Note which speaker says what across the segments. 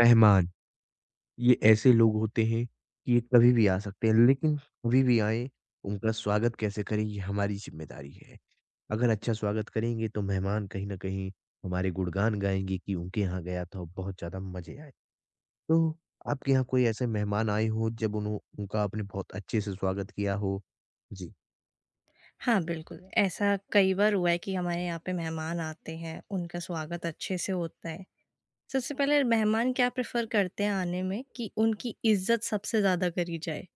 Speaker 1: मेहमान, ये ऐसे लोग होते हैं कि ये कभी भी आ सकते हैं, लेकिन कभी भी आएँ, उनका स्वागत कैसे करें ये हमारी ज़िम्मेदारी है। अगर अच्छा स्वागत करेंगे तो मेहमान कहीं न कहीं हमारे गुणगान गाएँगे कि उनके यहाँ गया था और बहुत ज़्यादा मज़े आए। तो आपके यहाँ कोई ऐसे मेहमान आए हों जब उन्हों उनका आपने बहुत अच्छे से स्वागत किया हो? जी,
Speaker 2: हाँ, बिल्कुल। ऐसा कई बार हुआ है कि हमारे यहाँ पे मेहमान आते हैं, उनका स्वागत अच्छे से होता है। सबसे पहले मेहमान क्या प्रेफ़र करते हैं आने में कि उनकी इज़्ज़त सबसे ज़्यादा करी जाए।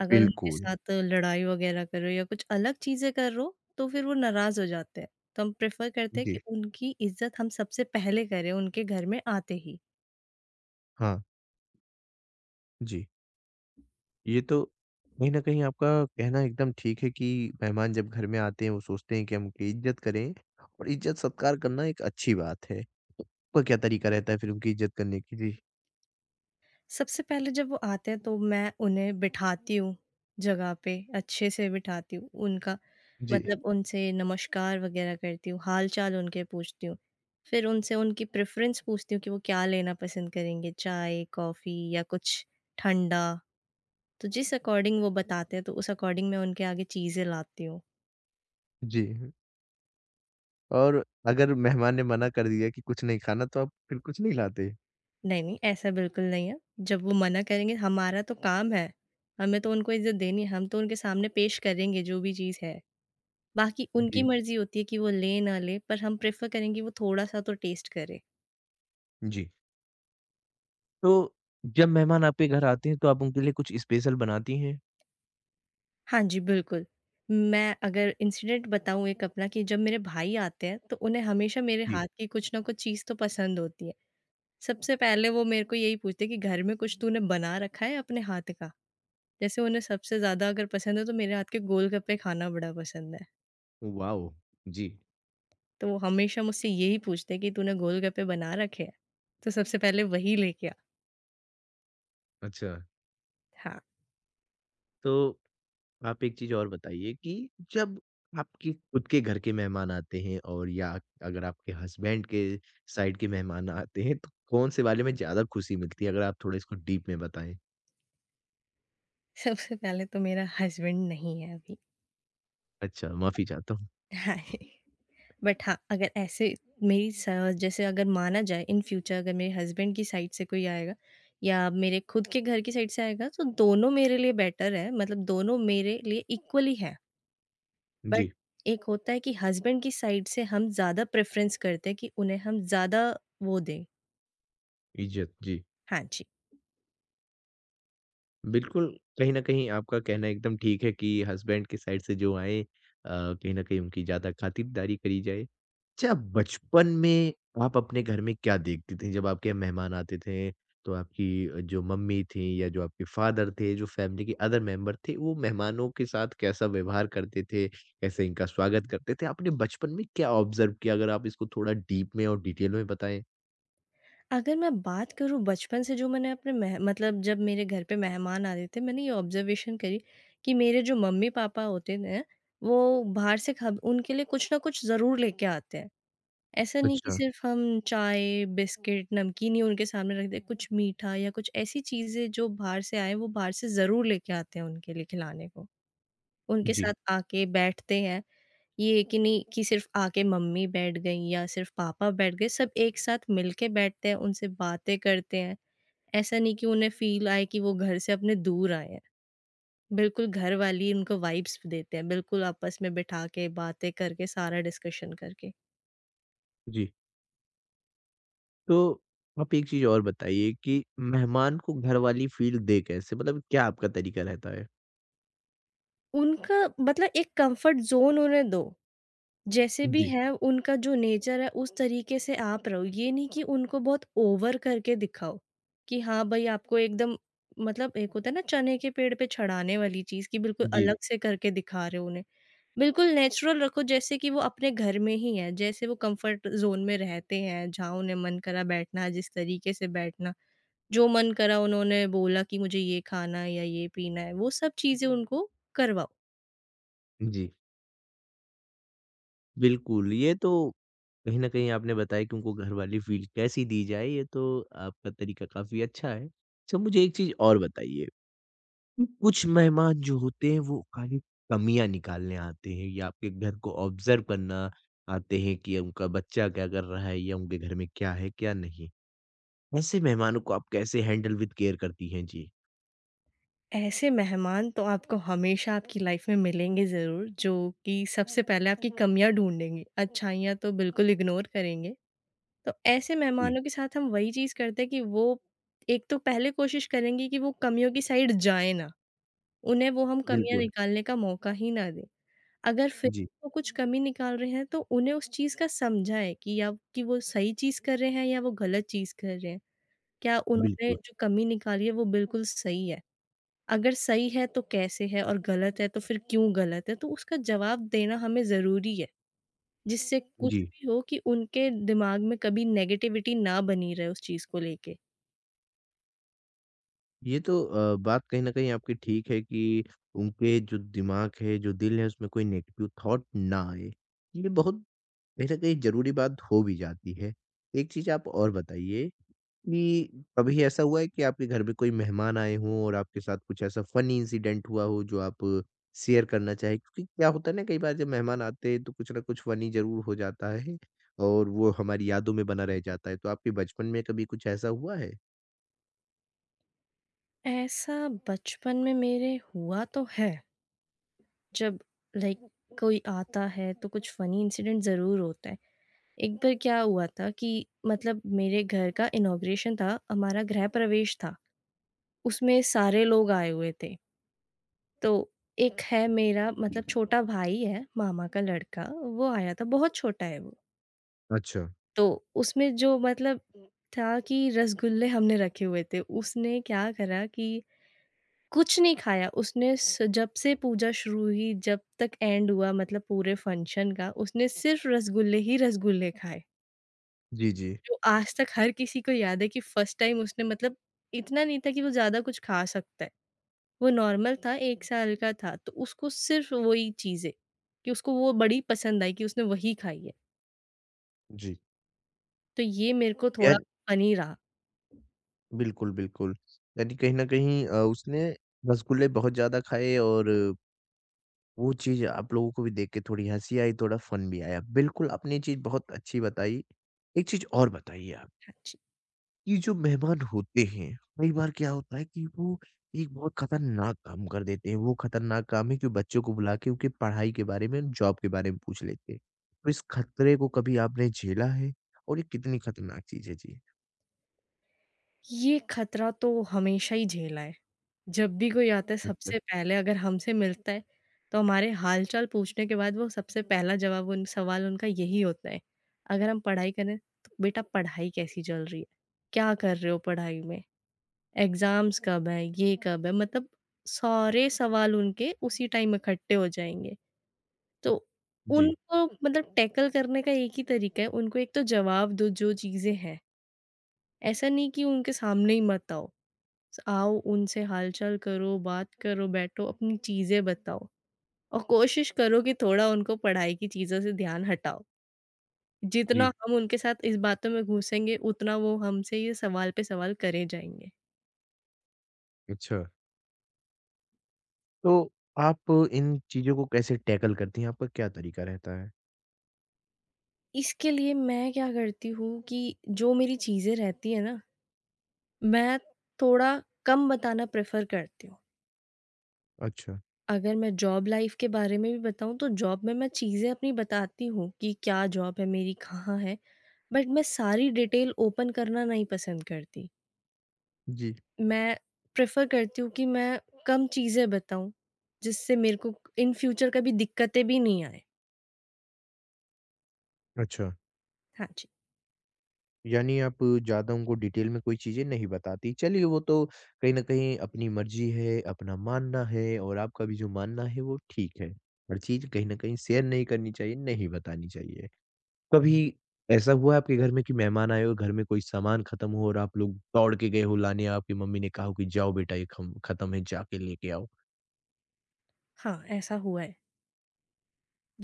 Speaker 2: अगर उनके
Speaker 1: बिल्कुल।
Speaker 2: साथ लड़ाई वग़ैरह कर रहे हो या कुछ अलग चीज़ें कर रहे हो, तो फिर वो नाराज़ हो जाते हैं। तो हम प्रेफ़र करते हैं
Speaker 1: जी,
Speaker 2: कि उनकी इज़्ज़त हम सबसे पहले करें, उनके घर में आते ही।
Speaker 1: हाँ, जी। ये तो कहीं न कहीं आपका कहना एकदम ठीक है कि मेहमान जब घर में आते हैं, वो सोचते हैं कि हम उनकी इज़्ज़त करें और इज़्ज़त-सत्कार करना एक अच्छी बात है। तो आपका क्या तरीका रहता है फिर उनकी इज़्ज़त करने की? जी,
Speaker 2: सबसे पहले जब वो आते हैं तो मैं उन्हें बिठाती हूँ जगह पे अच्छे से बिठाती हूँ उनका
Speaker 1: जी,
Speaker 2: मतलब उनसे नमस्कार वगैरह करती हूँ हाल चाल उनके पूछती हूँ। फिर उनसे उनकी प्रेफरेंस पूछती हूँ कि वो क्या लेना पसंद करेंगे चाय कॉफ़ी या कुछ ठंडा। तो जिस अकॉर्डिंग वो बताते हैं तो उस अकॉर्डिंग मैं उनके आगे चीज़ें लाती हूँ।
Speaker 1: जी। और अगर मेहमान ने मना कर दिया कि कुछ नहीं खाना, तो आप फिर कुछ नहीं लाते?
Speaker 2: नहीं नहीं, ऐसा बिल्कुल नहीं है। जब वो मना करेंगे हमारा तो काम है, हमें तो उनको इज्जत देनी है, हम तो उनके सामने पेश करेंगे जो भी चीज़ है। बाकी उनकी
Speaker 1: जी,
Speaker 2: मर्ज़ी होती है कि वो ले ना ले, पर हम प्रेफ़र करेंगे वो थोड़ा-सा तो टेस्ट करे।
Speaker 1: जी। तो जब मेहमान आपके घर आते हैं, तो आप उनके लिए कुछ स्पेशल बनाती हैं?
Speaker 2: हाँ जी, बिल्कुल। मैं अगर इंसिडेंट बताऊँ एक अपना कि जब मेरे भाई आते हैं, तो उन्हें हमेशा मेरे
Speaker 1: जी।
Speaker 2: हाथ की कुछ ना कुछ चीज़ तो पसंद होती है। सबसे पहले वो मेरे को यही पूछते हैं कि घर में कुछ तूने बना रखा है अपने हाथ का? जैसे उन्हें सबसे ज़्यादा अगर पसंद है तो मेरे हाथ के गोलगप्पे खाना बड़ा पसंद है।
Speaker 1: वाओ! जी,
Speaker 2: तो वो हमेशा मुझसे यही पूछते हैं कि तूने गोलगप्पे बना रखे हैं? तो सबसे पहले वही लेके आ।
Speaker 1: अच्छा।
Speaker 2: हाँ,
Speaker 1: तो आप एक चीज़ और बताइए कि जब आपके खुद के घर के मेहमान आते हैं और या अगर आपके हस्बैंड के साइड के मेहमान आते हैं तो कौन-से वाले में ज़्यादा खुशी मिलती है? अगर आप थोड़ा इसको डीप में बताएँ।
Speaker 2: सबसे पहले तो मेरा हस्बैंड नहीं है अभी।
Speaker 1: अच्छा, माफ़ी चाहता हूँ।
Speaker 2: हाय। बट हाँ, अगर ऐसे मेरी स जैसे अगर माना जाए इन फ्यूचर अगर मेरे हस्बैंड की साइड से कोई आएगा या मेरे खुद के घर की साइड से आएगा तो दोनों मेरे लिए बेटर है, मतलब दोनों मेरे लिए इक्वली है। बट
Speaker 1: जी,
Speaker 2: एक होता है कि हस्बैंड की साइड से हम ज़्यादा प्रेफ़रेंस करते हैं कि उन्हें हम ज़्यादा वो दें।
Speaker 1: इज़्ज़त। जी।
Speaker 2: हाँ जी।
Speaker 1: बिल्कुल, कहीं न कहीं आपका कहना एकदम ठीक है कि हस्बैंड के साइड से जो आएँ कहीं न कहीं उनकी ज़्यादा खातिरदारी करी जाए। अच्छा बचपन में आप अपने घर में क्या देखती थीं? जब आपके यहाँ मेहमान आते थे, तो आपकी जो मम्मी थीं या जो आपके फादर थे, जो फ़ैमिली के अदर मेंबर थे, वो मेहमानों के साथ कैसा व्यवहार करते थे? कैसे इनका स्वागत करते थे? आपने बचपन में क्या ऑब्ज़र्व किया? अगर आप इसको थोड़ा डीप में और डिटेल में बताएँ।
Speaker 2: अगर मैं बात करूँ बचपन से जो मैंने अपने मेह मतलब जब मेरे घर पे मेहमान आते थे, मैंने ये ऑब्ज़र्वेशन करी कि मेरे जो मम्मी-पापा होते हैं, वो बाहर से खब उनके लिए कुछ ना कुछ ज़रूर लेके आते हैं। ऐसा नहीं कि
Speaker 1: अच्छा।
Speaker 2: सिर्फ़ हम चाय, बिस्किट, नमकीन ही उनके सामने रख दें, कुछ मीठा या कुछ ऐसी चीज़ें जो बाहर से आएँ, वो बाहर से ज़रूर लेके आते हैं उनके लिए खिलाने को। उनके
Speaker 1: जी,
Speaker 2: साथ आके बैठते हैं, ये कि नहीं कि सिर्फ आके मम्मी बैठ गई या सिर्फ पापा बैठ गए, सब एक साथ मिलके बैठते हैं, उनसे बातें करते हैं। ऐसा नहीं कि उन्हें फ़ील आए कि वो घर से अपने दूर आए हैं। बिल्कुल घर वाले ही उनको वाइब्स देते हैं, बिल्कुल आपस में बिठा के, बातें करके, सारा डिस्कशन करके।
Speaker 1: जी। तो आप एक चीज़ और बताइए कि मेहमान को घरवाली फ़ील दें कैसे? मतलब क्या आपका तरीका रहता है?
Speaker 2: उनका मतलब एक कम्फ़र्ट ज़ोन उन्हें दो। जैसे भी
Speaker 1: जी।
Speaker 2: है उनका जो नेचर है उस तरीके से आप रहो। ये नहीं कि उनको बहुत ओवर करके दिखाओ, कि हाँ भई आपको एकदम, मतलब एक होता है ना चने के पेड़ पे चढ़ाने वाली चीज़ कि बिल्कुल
Speaker 1: जी,
Speaker 2: अलग से करके दिखा रहे हो उन्हें। बिल्कुल नेचुरल रखो जैसे कि वो अपने घर में ही है, जैसे वो कम्फर्ट ज़ोन में रहते हैं, जहाँ उन्हें मन करा बैठना, जिस तरीके से बैठना, जो मन करा उन्होंने बोला कि मुझे ये खाना है या ये पीना है, वो सब चीज़ें उनको करवाओ।
Speaker 1: जी। बिल्कुल, ये तो कहीं न कहीं आपने बताया कि उनको घरवाली फ़ील कैसी दी जाए, ये तो आपका तरीका काफ़ी अच्छा है। अच्छा मुझे एक चीज़ और बताइए कि कुछ मेहमान जो होते हैं वो खाली कमियाँ निकालने आते हैं या आपके घर को ऑब्ज़र्व करना आते हैं कि उनका बच्चा क्या कर रहा है या उनके घर में क्या है, क्या नहीं? ऐसे मेहमानों को आप कैसे हैंडल विद केयर करती हैं? जी।
Speaker 2: ऐसे मेहमान तो आपको हमेशा आपकी लाइफ में मिलेंगे ज़रूर, जो कि सबसे पहले आपकी कमियाँ ढूँढेंगे, अच्छाइयाँ तो बिल्कुल इग्नोर करेंगे। तो ऐसे
Speaker 1: जी,
Speaker 2: मेहमानों के साथ हम वही चीज़ करते हैं कि वो, एक तो पहले कोशिश करेंगे कि वो कमियों की साइड जाएँ ना, उन्हें वो हम कमियाँ
Speaker 1: बिल्कुल।
Speaker 2: निकालने का मौका ही ना दें। अगर फिर
Speaker 1: जी,
Speaker 2: वो कुछ कमी निकाल रहे हैं तो उन्हें उस चीज़ का समझाएँ कि या कि वो सही चीज़ कर रहे हैं या वो गलत चीज़ कर रहे हैं। क्या उन्होंने
Speaker 1: बिल्कुल।
Speaker 2: जो कमी निकाली है वो बिल्कुल सही है? अगर सही है तो कैसे है और गलत है तो फिर क्यों गलत है, तो उसका जवाब देना हमें ज़रूरी है, जिससे कुछ
Speaker 1: जी,
Speaker 2: भी हो कि उनके दिमाग में कभी नेगेटिविटी ना बनी रहे उस चीज़ को लेके।
Speaker 1: ये तो बात कहीं न कहीं आपकी ठीक है कि उनके जो दिमाग है, जो दिल है, उसमें कोई नेगेटिव थॉट ना आए। ये बहुत कहीं न कहीं ज़रूरी बात हो भी जाती है। एक चीज़ आप और बताइए कि कभी ऐसा हुआ है कि आपके घर में कोई मेहमान आए हों और आपके साथ कुछ ऐसा फनी इंसिडेंट हुआ हो जो आप शेयर करना चाहें? क्योंकि क्या होता है ना कई बार जब मेहमान आते हैं तो कुछ ना कुछ फनी ज़रूर हो जाता है और वो हमारी यादों में बना रह जाता है। तो आपके बचपन में कभी कुछ ऐसा हुआ है?
Speaker 2: ऐसा बचपन में मेरे हुआ तो है, जब, लाइक, कोई आता है तो कुछ फ़नी इंसिडेंट ज़रूर होता है। एक बार क्या हुआ था कि मतलब मेरे घर का इनॉग्रेशन था, हमारा गृह प्रवेश था, उसमें सारे लोग आए हुए थे। तो एक है मेरा मतलब छोटा भाई है, मामा का लड़का, वो आया था, बहुत छोटा है वो।
Speaker 1: अच्छा।
Speaker 2: तो उसमें जो मतलब था कि रसगुल्ले हमने रखे हुए थे, उसने क्या करा कि कुछ नहीं खाया, उसने स जब से पूजा शुरू हुई, जब तक एंड हुआ मतलब पूरे फंक्शन का, उसने सिर्फ रसगुल्ले ही रसगुल्ले खाए।
Speaker 1: जी, जी।
Speaker 2: जो आज तक हर किसी को याद है कि फर्स्ट टाइम उसने, मतलब, इतना नहीं था कि वो ज़्यादा कुछ खा सकता है। वो नॉर्मल था, 1 साल का था, तो उसको सिर्फ़ वही चीज़ें, कि उसको वो बड़ी पसंद आई कि उसने वही खाई है।
Speaker 1: जी।
Speaker 2: तो ये मेरे को थोड़ा
Speaker 1: यान
Speaker 2: फ़नी रहा।
Speaker 1: बिल्कुल, बिल्कुल। यानी कहीं न कहीं उसने रसगुल्ले बहुत ज़्यादा खाए और वो चीज़ आप लोगों को भी देख के थोड़ी हँसी आई, थोड़ा फ़न भी आया। बिल्कुल, आपने ये चीज़ बहुत अच्छी बताई। एक चीज़ और बताइए आप,
Speaker 2: हाँ जी।
Speaker 1: ये जो मेहमान होते हैं, कई बार क्या होता है कि वो एक बहुत खतरनाक काम कर देते हैं। वो खतरनाक काम है कि बच्चों को बुला के उनकी पढ़ाई के बारे में, जॉब के बारे में पूछ लेते हैं। तो इस खतरे को कभी आपने झेला है और ये कितनी खतरनाक चीज़ है? जी।
Speaker 2: ये खतरा तो हमेशा ही झेला है। जब भी कोई आता है
Speaker 1: अच्छा।
Speaker 2: सबसे पहले अगर हमसे मिलता है, तो हमारे हाल-चाल पूछने के बाद वो सबसे पहला जवाब उन सवाल उनका यही होता है। अगर हम पढ़ाई करें, तो बेटा पढ़ाई कैसी चल रही है? क्या कर रहे हो पढ़ाई में? एग्ज़ाम्स कब है, ये कब है, मतलब सारे सवाल उनके उसी टाइम इकट्ठे हो जाएँगे। तो
Speaker 1: जी,
Speaker 2: उनको मतलब टैकल करने का एक ही तरीका है, उनको एक तो जवाब दो जो चीज़ें हैं। ऐसा नहीं कि उनके सामने ही मत आओ। स आओ, उनसे हालचाल करो, बात करो, बैठो, अपनी चीज़ें बताओ और कोशिश करो कि थोड़ा उनको पढ़ाई की चीज़ों से ध्यान हटाओ। जितना
Speaker 1: जी।
Speaker 2: हम उनके साथ इस बातों में घुसेंगे, उतना वो हमसे ये सवाल पे सवाल करे जाएँगे।
Speaker 1: अच्छा। तो आप इन चीज़ों को कैसे टैकल करती हैं? आपका क्या तरीका रहता है?
Speaker 2: इसके लिए मैं क्या करती हूँ कि जो मेरी चीज़ें रहती हैं ना, मैं थोड़ा कम बताना प्रेफ़र करती हूँ।
Speaker 1: अच्छा।
Speaker 2: अगर मैं जॉब लाइफ़ के बारे में भी बताऊँ तो जॉब में मैं चीज़ें अपनी बताती हूँ कि क्या जॉब है मेरी, कहाँ है, बट मैं सारी डिटेल ओपन करना नहीं पसंद करती।
Speaker 1: जी।
Speaker 2: मैं प्रेफ़र करती हूँ कि मैं कम चीज़ें बताऊँ, जिससे मेरे को इन फ्यूचर कभी दिक्कतें भी नहीं आएँ।
Speaker 1: अच्छा।
Speaker 2: हाँ जी।
Speaker 1: यानी आप ज़्यादा उनको डिटेल में कोई चीज़ें नहीं बताती। चलिए वो तो कहीं न कहीं अपनी मर्ज़ी है, अपना मानना है और आपका भी जो मानना है वो ठीक है। हर चीज़ कहीं न कहीं शेयर नहीं करनी चाहिए, नहीं बतानी चाहिए। कभी ऐसा हुआ है आपके घर में कि मेहमान आए हो, घर में कोई सामान ख़त्म हो और आप लोग दौड़ के गए हो लाने, आपकी मम्मी ने कहा हो कि जाओ बेटा ये खम ख़त्म है, जाके लेके आओ?
Speaker 2: हाँ, ऐसा हुआ है।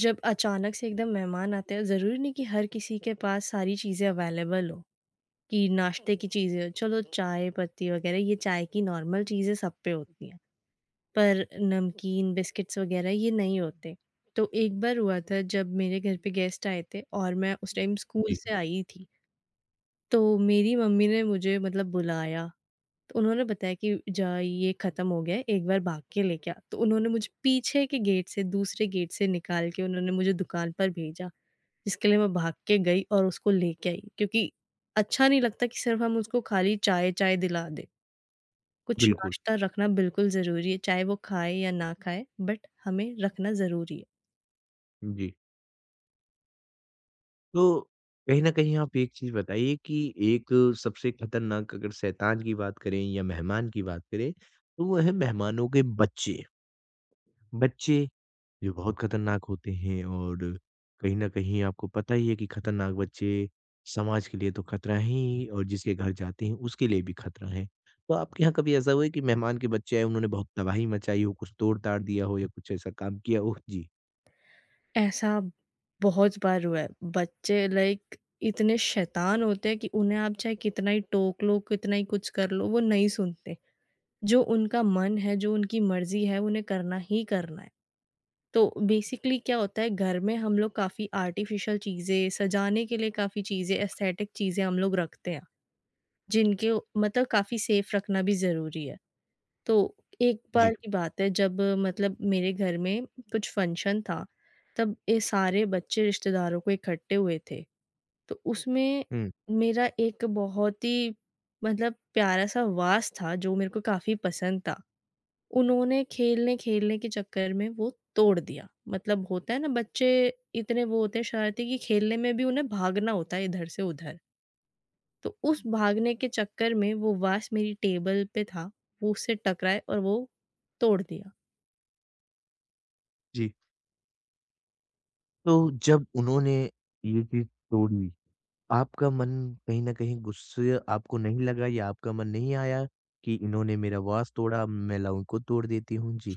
Speaker 2: जब अचानक से एकदम मेहमान आते हैं ज़रूरी नहीं कि हर किसी के पास सारी चीज़ें अवेलेबल हो कि नाश्ते की चीज़ें, चलो चाय पत्ती वगैरह ये चाय की नॉर्मल चीज़ें सब पे होती हैं, पर नमकीन बिस्किट्स वगैरह ये नहीं होते। तो एक बार हुआ था जब मेरे घर पे गेस्ट आए थे और मैं उस टाइम स्कूल
Speaker 1: जी,
Speaker 2: से आई थी, तो मेरी मम्मी ने मुझे मतलब बुलाया, तो उन्होंने बताया कि जा ये ख़त्म हो गया है, एक बार भाग के लेके आ। तो उन्होंने मुझे पीछे के गेट से दूसरे गेट से निकाल के उन्होंने मुझे दुकान पर भेजा, जिसके लिए मैं भाग के गई और उसको लेके आई, क्योंकि अच्छा नहीं लगता कि सिर्फ हम उसको खाली चाय-चाय दिला दें। कुछ
Speaker 1: बिल्कुल।
Speaker 2: नाश्ता रखना बिल्कुल ज़रूरी है, चाहे वो खाए या ना खाए बट हमें रखना ज़रूरी है।
Speaker 1: जी। तो कहीं न कहीं आप एक चीज़ बताइए कि एक सबसे खतरनाक अगर शैतान की बात करें या मेहमान की बात करें, तो वो है मेहमानों के बच्चे। बच्चे जो बहुत खतरनाक होते हैं और कहीं न कहीं आपको पता ही है कि खतरनाक बच्चे समाज के लिए तो खतरा हैं ही और जिसके घर जाते हैं उसके लिए भी खतरा हैं। तो आपके यहाँ कभी ऐसा हुआ है कि मेहमान के बच्चे आए उन्होंने बहुत तबाही मचाई हो, कुछ तोड़-ताड़ दिया हो या कुछ ऐसा काम किया हो? जी,
Speaker 2: ऐसा बहुत बार हुआ है, बच्चे, लाइक, इतने शैतान होते हैं कि उन्हें आप चाहे कितना ही टोक लो, कितना ही कुछ कर लो, वो नहीं सुनते। जो उनका मन है, जो उनकी मर्ज़ी है, उन्हें करना ही करना है। तो बेसिकली क्या होता है घर में हम लोग काफ़ी आर्टिफिशियल चीज़ें, सजाने के लिए काफ़ी चीज़ें, एस्थेटिक चीज़ें हम लोग रखते हैं, जिनके मतलब काफ़ी सेफ रखना भी ज़रूरी है। तो एक
Speaker 1: जी।
Speaker 2: बार की बात है जब मतलब मेरे घर में कुछ फंक्शन था, तब ये सारे बच्चे रिश्तेदारों को इकट्ठे हुए थे। तो उसमें
Speaker 1: हुँ,
Speaker 2: मेरा एक बहुत ही मतलब प्यारा-सा वास था जो मेरे को काफ़ी पसंद था। उन्होंने खेलने-खेलने के चक्कर में वो तोड़ दिया। मतलब होता है ना, बच्चे इतने वो होते हैं शरारती कि खेलने में भी उन्हें भागना होता है इधर से उधर। तो उस भागने के चक्कर में वो वाच मेरी टेबल पे था, वो उससे टकराए और वो तोड़ दिया।
Speaker 1: जी। तो जब उन्होंने ये चीज़ तोड़ी आपका मन कहीं न कहीं गुस्से आपको नहीं लगा या आपका मन नहीं आया कि इन्होंने मेरा वास तोड़ा, मैं लाऊं इनको तोड़ देती हूँ? जी।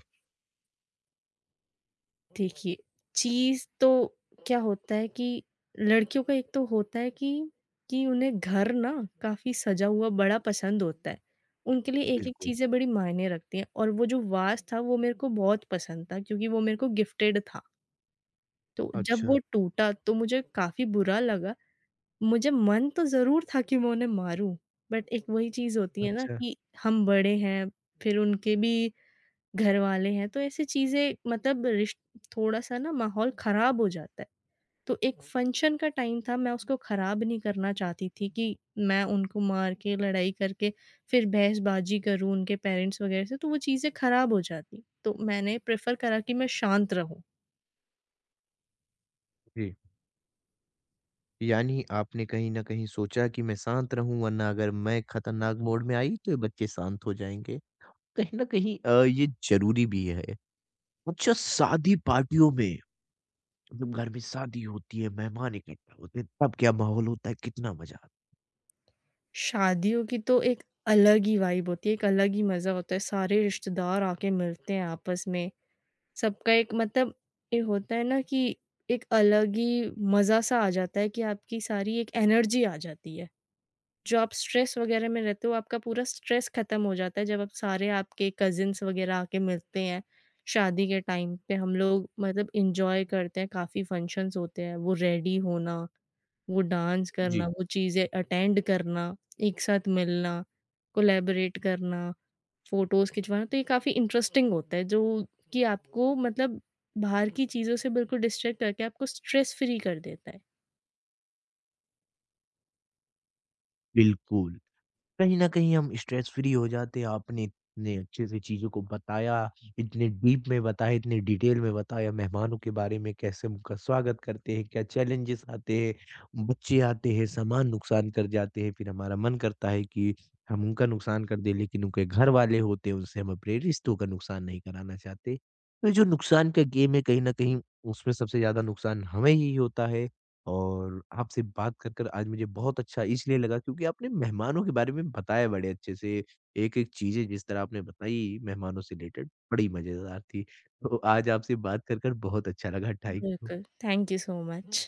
Speaker 2: देखिए, चीज़ तो क्या होता है कि लड़कियों का एक तो होता है कि उन्हें घर ना काफ़ी सजा हुआ बड़ा पसंद होता है। उनके लिए एक-एक
Speaker 1: बिल्कुल।
Speaker 2: चीज़ें बड़ी मायने रखती हैं और वो जो वाच था वो मेरे को बहुत पसंद था क्योंकि वो मेरे को गिफ्टेड था। तो जब वो
Speaker 1: अच्छा।
Speaker 2: टूटा तो मुझे काफ़ी बुरा लगा। मुझे मन तो ज़रूर था कि मैं उन्हें मारूँ बट एक वही चीज़ होती है ना
Speaker 1: अच्छा,
Speaker 2: कि हम बड़े हैं, फिर उनके भी घरवाले हैं, तो ऐसी चीज़ें मतलब रिश थोड़ा-सा ना माहौल ख़राब हो जाता है। तो एक फंक्शन का टाइम था, मैं उसको ख़राब नहीं करना चाहती थी कि मैं उनको मार के, लड़ाई करके, फिर बहसबाजी करूँ उनके पेरेंट्स वग़ैरह से, तो वो चीज़ें ख़राब हो जाती। तो मैंने प्रेफ़र करा कि मैं शांत रहूँ।
Speaker 1: जी। यानी आपने कहीं न कहीं सोचा कि मैं शांत रहूँ वरना अगर मैं खतरनाक मोड में आई तो ये बच्चे शांत हो जाएँगे। कहीं न कहीं ये ज़रूरी भी है। अच्छा शादी पार्टियों में मतलब घर में शादी होती है, मेहमान इकट्ठा होते हैं, तब क्या माहौल होता है, कितना मज़ा आता
Speaker 2: शादियों की तो एक अलग ही वाइब होती है, एक अलग ही मज़ा होता है, सारे रिश्तेदार आके मिलते हैं आपस में। सबका एक मतलब ये होता है ना कि एक अलग ही मज़ा-सा आ जाता है कि आपकी सारी एक एनर्जी आ जाती है। जो आप स्ट्रेस वग़ैरह में रहते हो, आपका पूरा स्ट्रेस ख़त्म हो जाता है जब आप सारे आपके कज़िन्स वग़ैरह आके मिलते हैं। शादी के टाइम पे हम लोग मतलब एन्जॉय करते हैं, काफ़ी फंक्शंस होते हैं, वो रेडी होना, वो डांस
Speaker 1: है। जी।
Speaker 2: करना, वो चीज़ें अटेंड करना, एक साथ मिलना, कोलैबोरेट करना। फ़ोटोज़ खिंचवाना, तो ये काफ़ी इंटरेस्टिंग होता है जो कि आपको मतलब बाहर की चीज़ों से बिल्कुल डिस्ट्रैक्ट करके आपको स्ट्रेस फ्री कर देता है।
Speaker 1: बिल्कुल। कहीं न कहीं हम स्ट्रेस फ्री हो जाते हैं। आपने इतने अच्छे से चीज़ों को बताया, इतने डीप में बताया, इतने डिटेल में बताया, मेहमानों के बारे में कैसे उनका स्वागत करते हैं, क्या चैलेंजेस आते हैं, बच्चे आते हैं, सामान नुकसान कर जाते हैं, फिर हमारा मन करता है कि हम उनका नुकसान कर दें, लेकिन उनके घर वाले होते हैं, उनसे हम अपने रिश्तों का नुकसान नहीं कराना चाहते। तो जो नुकसान का गेम है, कहीं न कहीं उसमें सबसे ज़्यादा नुकसान हमें ही होता है। और आपसे बात कर कर आज मुझे बहुत अच्छा इसलिए लगा क्योंकि आपने मेहमानों के बारे में बताया बड़े अच्छे से। एक-एक चीज़ें जिस तरह आपने बताई मेहमानों से रिलेटेड बड़ी मज़ेदार थी। तो आज आपसे बात कर कर बहुत अच्छा लगा। Thank you.
Speaker 2: बिल्कुल, थैंक यू सो मच।